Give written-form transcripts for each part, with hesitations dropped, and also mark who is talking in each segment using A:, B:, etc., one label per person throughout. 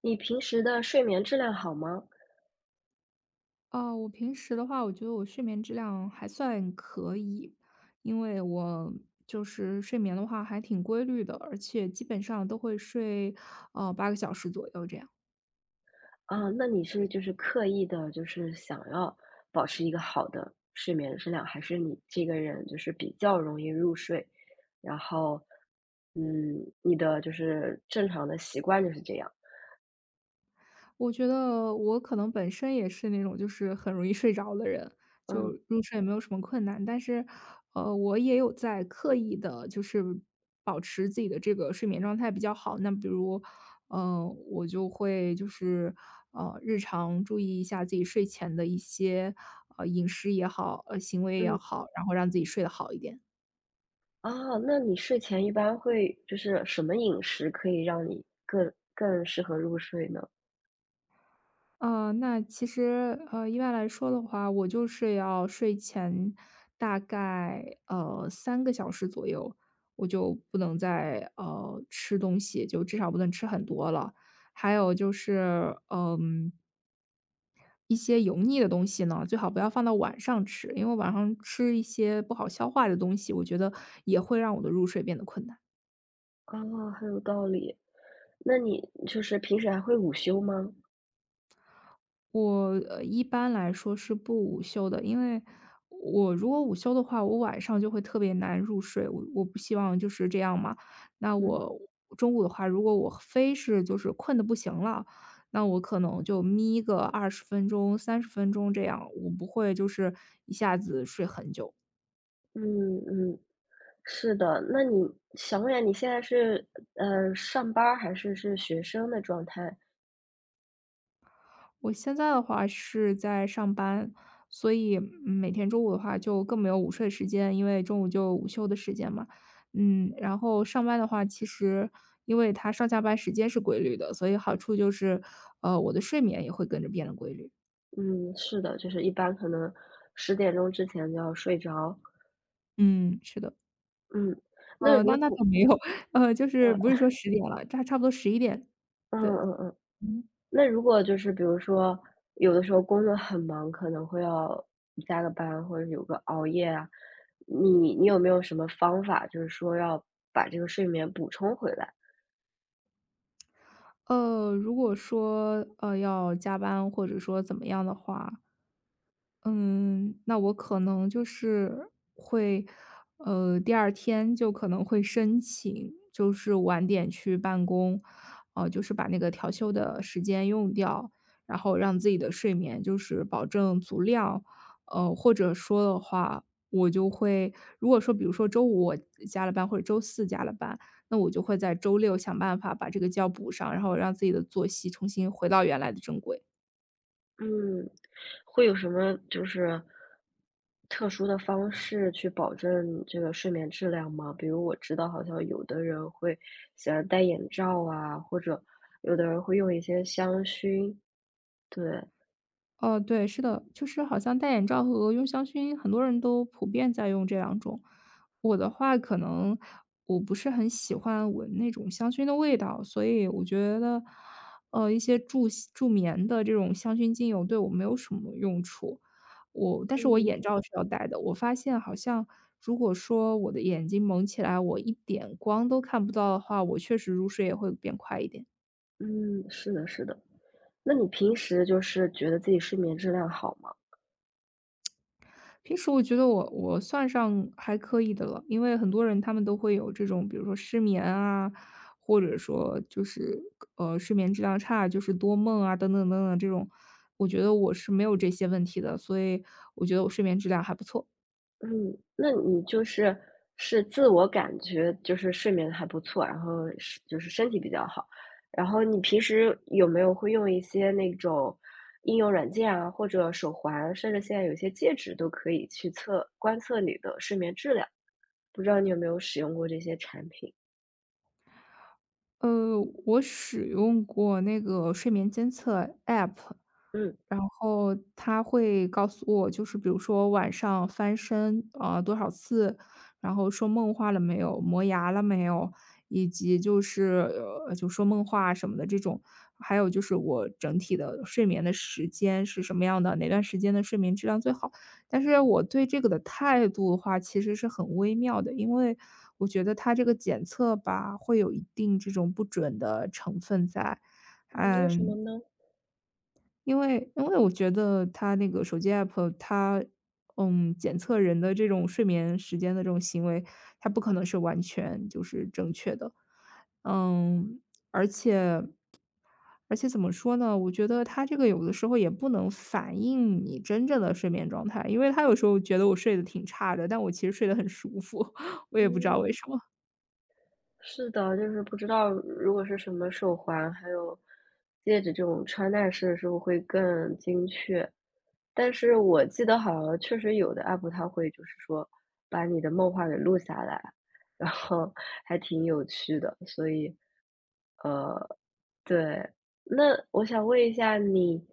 A: 你平时的睡眠质量好吗？
B: 哦，我平时的话，我觉得我睡眠质量还算可以，因为我就是睡眠的话还挺规律的，而且基本上都会睡，8个小时左右这样。
A: 啊，那你是就是刻意的，就是想要保持一个好的睡眠质量，还是你这个人就是比较容易入睡，然后，嗯，你的就是正常的习惯就是这样？
B: 我觉得我可能本身也是那种就是很容易睡着的人，就
A: 嗯，
B: 入睡没有什么困难。但是，我也有在刻意的，就是保持自己的这个睡眠状态比较好。那比如，我就会就是日常注意一下自己睡前的一些饮食也好，行为也
A: 嗯，
B: 好，然后让自己睡得好一点。
A: 啊，那你睡前一般会就是什么饮食可以让你更适合入睡呢？
B: 那其实，一般来说的话，我就是要睡前大概3个小时左右，我就不能再吃东西，就至少不能吃很多了。还有就是，一些油腻的东西呢，最好不要放到晚上吃，因为晚上吃一些不好消化的东西，我觉得也会让我的入睡变得困难。
A: 啊，很有道理。那你就是平时还会午休吗？
B: 我一般来说是不午休的，因为我如果午休的话，我晚上就会特别难入睡，我不希望就是这样嘛。那
A: 嗯，
B: 我中午的话，如果我非是就是困得不行了，那我可能就眯个20分钟、30分钟这样，我不会就是一下子睡很久。
A: 嗯嗯。是的，那你想问一下，你现在是上班儿还是学生的状态？
B: 我现在的话是在上班，所以每天中午的话就更没有午睡时间，因为中午就午休的时间嘛。然后上班的话，其实因为它上下班时间是规律的，所以好处就是，我的睡眠也会跟着变得规律。
A: 嗯，是的，就是一般可能10点钟之前就要睡着。
B: 嗯，是的，
A: 嗯，那
B: 那
A: 如
B: 那
A: 果
B: 倒没有，就是不是
A: 呃
B: 说10点了，差不多11点，
A: 嗯
B: 对。
A: 嗯嗯，
B: 嗯
A: 那如果就是比如说有的时候工作很忙，可能会要加个班或者有个熬夜啊，你有没有什么方法，就是说要把这个睡眠补充回来？
B: ，如果说要加班或者说怎么样的话，嗯，那我可能就是会，第二天就可能会申请，就是晚点去办公，就是把那个调休的时间用掉，然后让自己的睡眠就是保证足量。或者说的话，我就会如果说比如说周五我加了班或者周四加了班，那我就会在周六想办法把这个觉补上，然后让自己的作息重新回到原来的正轨。
A: 嗯，会有什么就是特殊的方式去保证这个睡眠质量吗？比如我知道好像有的人会喜欢戴眼罩啊，或者有的人会用一些香薰，对，
B: 哦，对，是的，就是好像戴眼罩和用香薰，很多人都普遍在用这两种。我的话，可能我不是很喜欢闻那种香薰的味道，所以我觉得，一些助吸助眠的这种香薰精油对我没有什么用处。我，但是我眼
A: 嗯
B: 罩是要戴的。我发现好像，如果说我的眼睛蒙起来，我一点光都看不到的话，我确实入睡也会变快一点。
A: 嗯，是的，是的。那你平时就是觉得自己睡眠质量好吗？
B: 平时我觉得我算上还可以的了，因为很多人他们都会有这种，比如说失眠啊，或者说就是睡眠质量差，就是多梦啊等等等等这种，我觉得我是没有这些问题的，所以我觉得我睡眠质量还不错。
A: 嗯，那你就是是自我感觉就是睡眠还不错，然后是就是身体比较好，然后你平时有没有会用一些那种应用软件啊，或者手环，甚至现在有些戒指都可以去观测你的睡眠质量，不知道你有没有使用过这些产品？
B: 呃，我使用过那个睡眠监测 App，
A: 嗯。
B: 然后它会告诉我，就是比如说晚上翻身啊、多少次，然后说梦话了没有，磨牙了没有，以及就是就说梦话什么的这种，还有就是我整体的睡眠的时间是什么样的，哪段时间的睡眠质量最好。但是我对这个的态度的话，其实是很微妙的，因为我觉得它这个检测吧，会有一定这种不准的成分在。
A: 嗯，为什么
B: 嗯，
A: 呢？
B: 因为我觉得它那个手机 app 它，检测人的这种睡眠时间的这种行为，它不可能是完全就是正确的。嗯，而且而且怎么说呢，我觉得他这个有的时候也不能反映你真正的睡眠状态，因为他有时候觉得我睡得挺差的，但我其实睡得很舒服，我也不知道
A: 嗯。
B: 为什么。
A: 是的，就是不知道如果是什么手环，还有戒指这种穿戴式的时候会更精确。但是我记得好像确实有的 app 它会就是说把你的梦话给录下来，然后还挺有趣的，所以呃，对，那我想问一下你，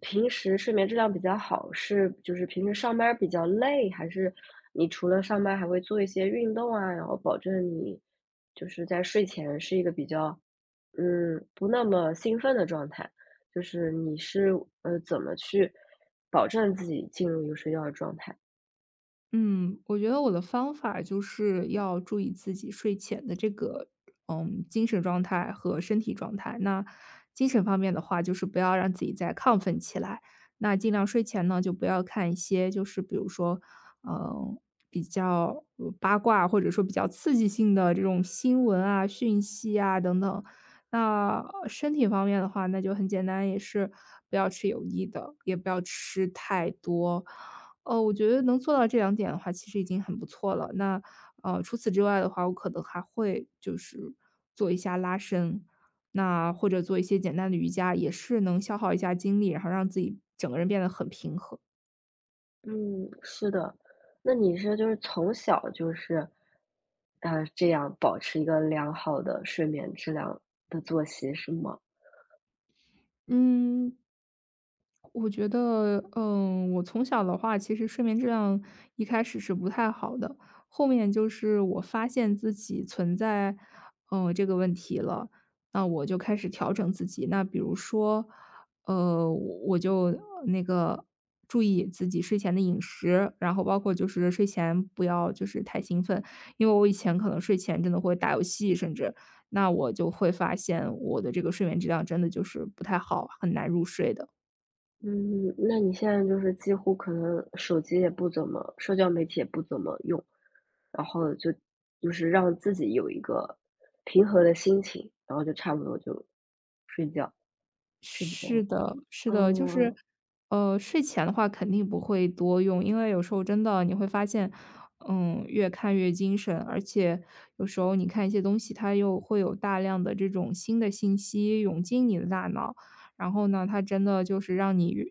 A: 平时睡眠质量比较好，是就是平时上班儿比较累，还是你除了上班还会做一些运动啊，然后保证你就是在睡前是一个比较，不那么兴奋的状态？就是你是怎么去保证自己进入一个睡觉的状态？
B: 嗯，我觉得我的方法就是要注意自己睡前的这个，精神状态和身体状态。那精神方面的话，就是不要让自己再亢奋起来。那尽量睡前呢，就不要看一些，就是比如说，嗯，比较八卦或者说比较刺激性的这种新闻啊、讯息啊等等。那身体方面的话，那就很简单，也是不要吃油腻的，也不要吃太多。哦，我觉得能做到这两点的话，其实已经很不错了。那，除此之外的话，我可能还会就是做一下拉伸，那或者做一些简单的瑜伽，也是能消耗一下精力，然后让自己整个人变得很平和。
A: 嗯，是的。那你是就是从小就是，这样保持一个良好的睡眠质量的作息是吗？
B: 嗯。我觉得，我从小的话，其实睡眠质量一开始是不太好的，后面就是我发现自己存在，这个问题了，那我就开始调整自己。那比如说，我就那个注意自己睡前的饮食，然后包括就是睡前不要就是太兴奋，因为我以前可能睡前真的会打游戏，甚至那我就会发现我的这个睡眠质量真的就是不太好，很难入睡的。
A: 嗯，那你现在就是几乎可能手机也不怎么，社交媒体也不怎么用，然后就是让自己有一个平和的心情，然后就差不多就睡觉，是这
B: 是
A: 样。
B: 的，是的，就是，
A: 嗯
B: 睡前的话肯定不会多用，因为有时候真的你会发现，越看越精神，而且有时候你看一些东西，它又会有大量的这种新的信息涌进你的大脑，然后呢，它真的就是让你越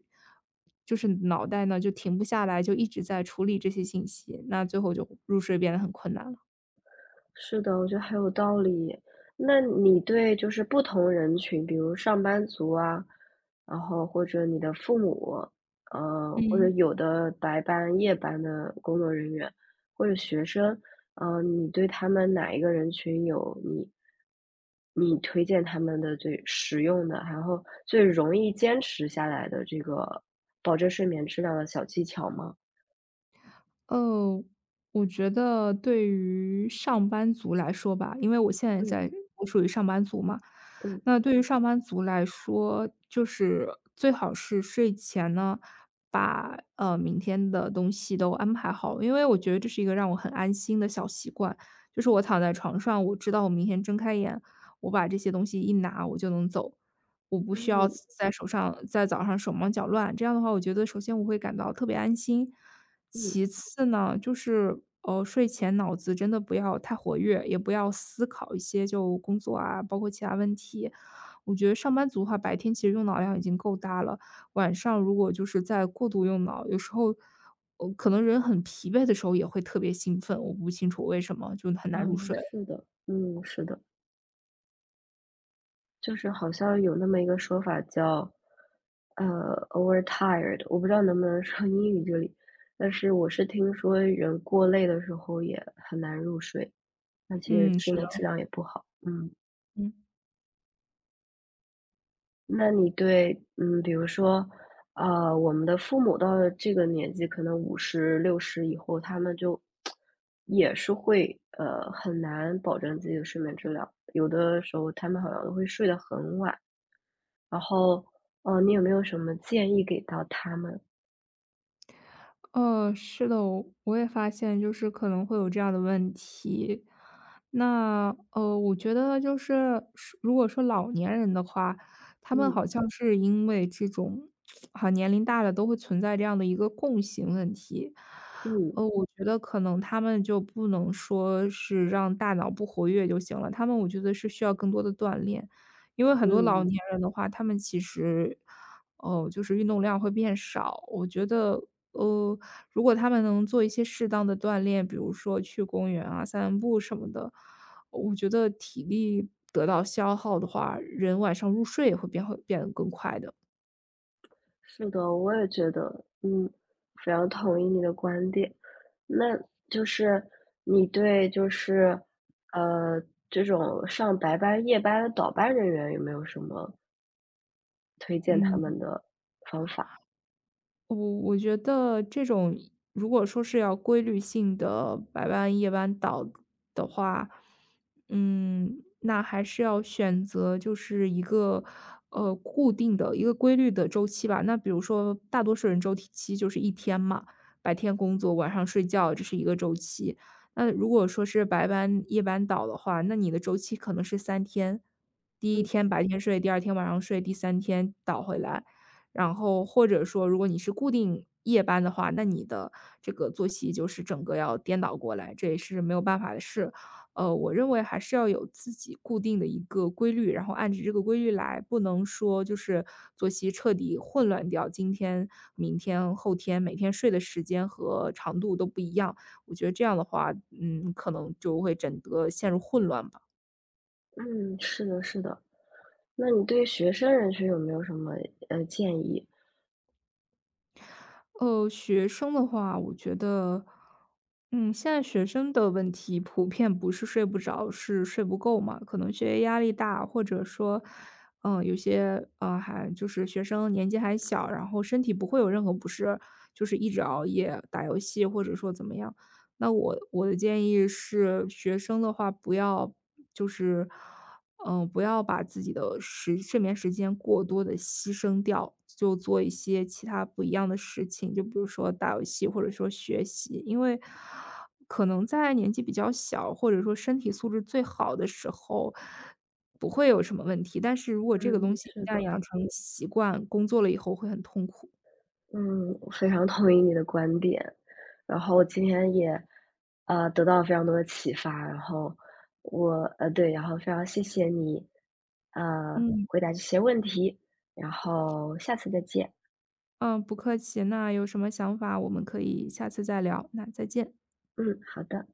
B: 就是脑袋呢就停不下来，就一直在处理这些信息，那最后就入睡变得很困难了。
A: 是的，我觉得很有道理。那你对就是不同人群，比如上班族啊，然后或者你的父母，或
B: 嗯。
A: 者有的白班、夜班的工作人员，或者学生，你对他们哪一个人群有你推荐他们的最实用的，然后最容易坚持下来的这个保证睡眠质量的小技巧吗？
B: 呃，我觉得对于上班族来说吧，因为我现在
A: 嗯
B: 在我属于上班族嘛，
A: 嗯
B: 那对于上班族来说，就是最好是睡前呢，把明天的东西都安排好，因为我觉得这是一个让我很安心的小习惯，就是我躺在床上，我知道我明天睁开眼，我把这些东西一拿，我就能走。我不需要
A: 嗯
B: 在手上在早上手忙脚乱，这样的话，我觉得首先我会感到特别安心，
A: 嗯，
B: 其次呢，就是，睡前脑子真的不要太活跃，也不要思考一些就工作啊，包括其他问题。我觉得上班族的话，白天其实用脑量已经够大了，晚上如果就是在过度用脑，有时候，可能人很疲惫的时候也会特别兴奋，我不清楚为什么，就很
A: 啊，
B: 难入睡。
A: 是的，嗯，是的。就是好像有那么一个说法叫，呃，overtired，我不知道能不能说英语这里，但是我是听说人过累的时候也很难入睡，而且
B: 嗯，
A: 睡
B: 是的，
A: 眠质量也不好。嗯，
B: 嗯。
A: 那你对，比如说，我们的父母到了这个年纪，可能50、60以后，他们就也是会，很难保证自己的睡眠质量，有的时候他们好像都会睡得很晚。然后，你有没有什么建议给到他们？
B: 哦，是的，我也发现就是可能会有这样的问题。那，我觉得就是说如果说老年人的话，他们
A: 嗯
B: 好像是因为这种 啊，年龄大了都会存在这样的一个共性问题。
A: 嗯
B: 我觉得可能他们就不能说是让大脑不活跃就行了，他们我觉得是需要更多的锻炼。因为很多老
A: 嗯，
B: 年人的话，他们其实哦，就是运动量会变少。我觉得，呃，如果他们能做一些适当的锻炼，比如说去公园啊、散散步什么的，我觉得体力得到消耗的话，人晚上入睡也会变得更快的。
A: 是的，我也觉得，非常同意你的观点。那就是你对就是，呃，这种上白班、夜班的倒班人员有没有什么推荐他
B: 嗯。
A: 们的方法？
B: 我觉得这种如果说是要规律性的白班、夜班倒的话，那还是要选择就是一个固定的一个规律的周期吧。那比如说，大多数人周期就是一天嘛，白天工作，晚上睡觉，这是一个周期。那如果说是白班、夜班倒的话，那你的周期可能是三天，第一
A: 嗯
B: 天白天睡，第二天晚上睡，第三天倒回来。然后或者说如果你是固定夜班的话，那你的这个作息就是整个要颠倒过来，这也是没有办法的事。我认为还是要有自己固定的一个规律，然后按着这个规律来，不能说就是作息彻底混乱掉，今天、明天、后天每天睡的时间和长度都不一样。我觉得这样的话，可能就会整个陷入混乱嘛
A: 嗯，是的，是的。那你对学生人群有没有什么建议？
B: 呃，学生的话，我觉得，现在学生的问题普遍不是睡不着，是睡不够嘛。可能学业压力大，或者说，有些还就是学生年纪还小，然后身体不会有任何不适，就是一直熬夜打游戏，或者说怎么样。那我的建议是，学生的话不要就是。不要把自己的时睡眠时间过多的牺牲掉，就做一些其他不一样的事情，就比如说打游戏或者说学习。因为可能在年纪比较小，或者说身体素质最好的时候，不会有什么问题，但是如果这个东
A: 嗯，
B: 西一
A: 是
B: 旦
A: 的。
B: 养成习惯，工作了以后会很痛苦。
A: 嗯，我非常同意你的观点。然后今天也，得到了非常多的启发。然后我对，然后非常谢谢你，
B: 嗯，
A: 回答这些问题。然后下次再见。
B: 嗯，不客气，那有什么想法我们可以下次再聊，那再见。
A: 嗯，好的。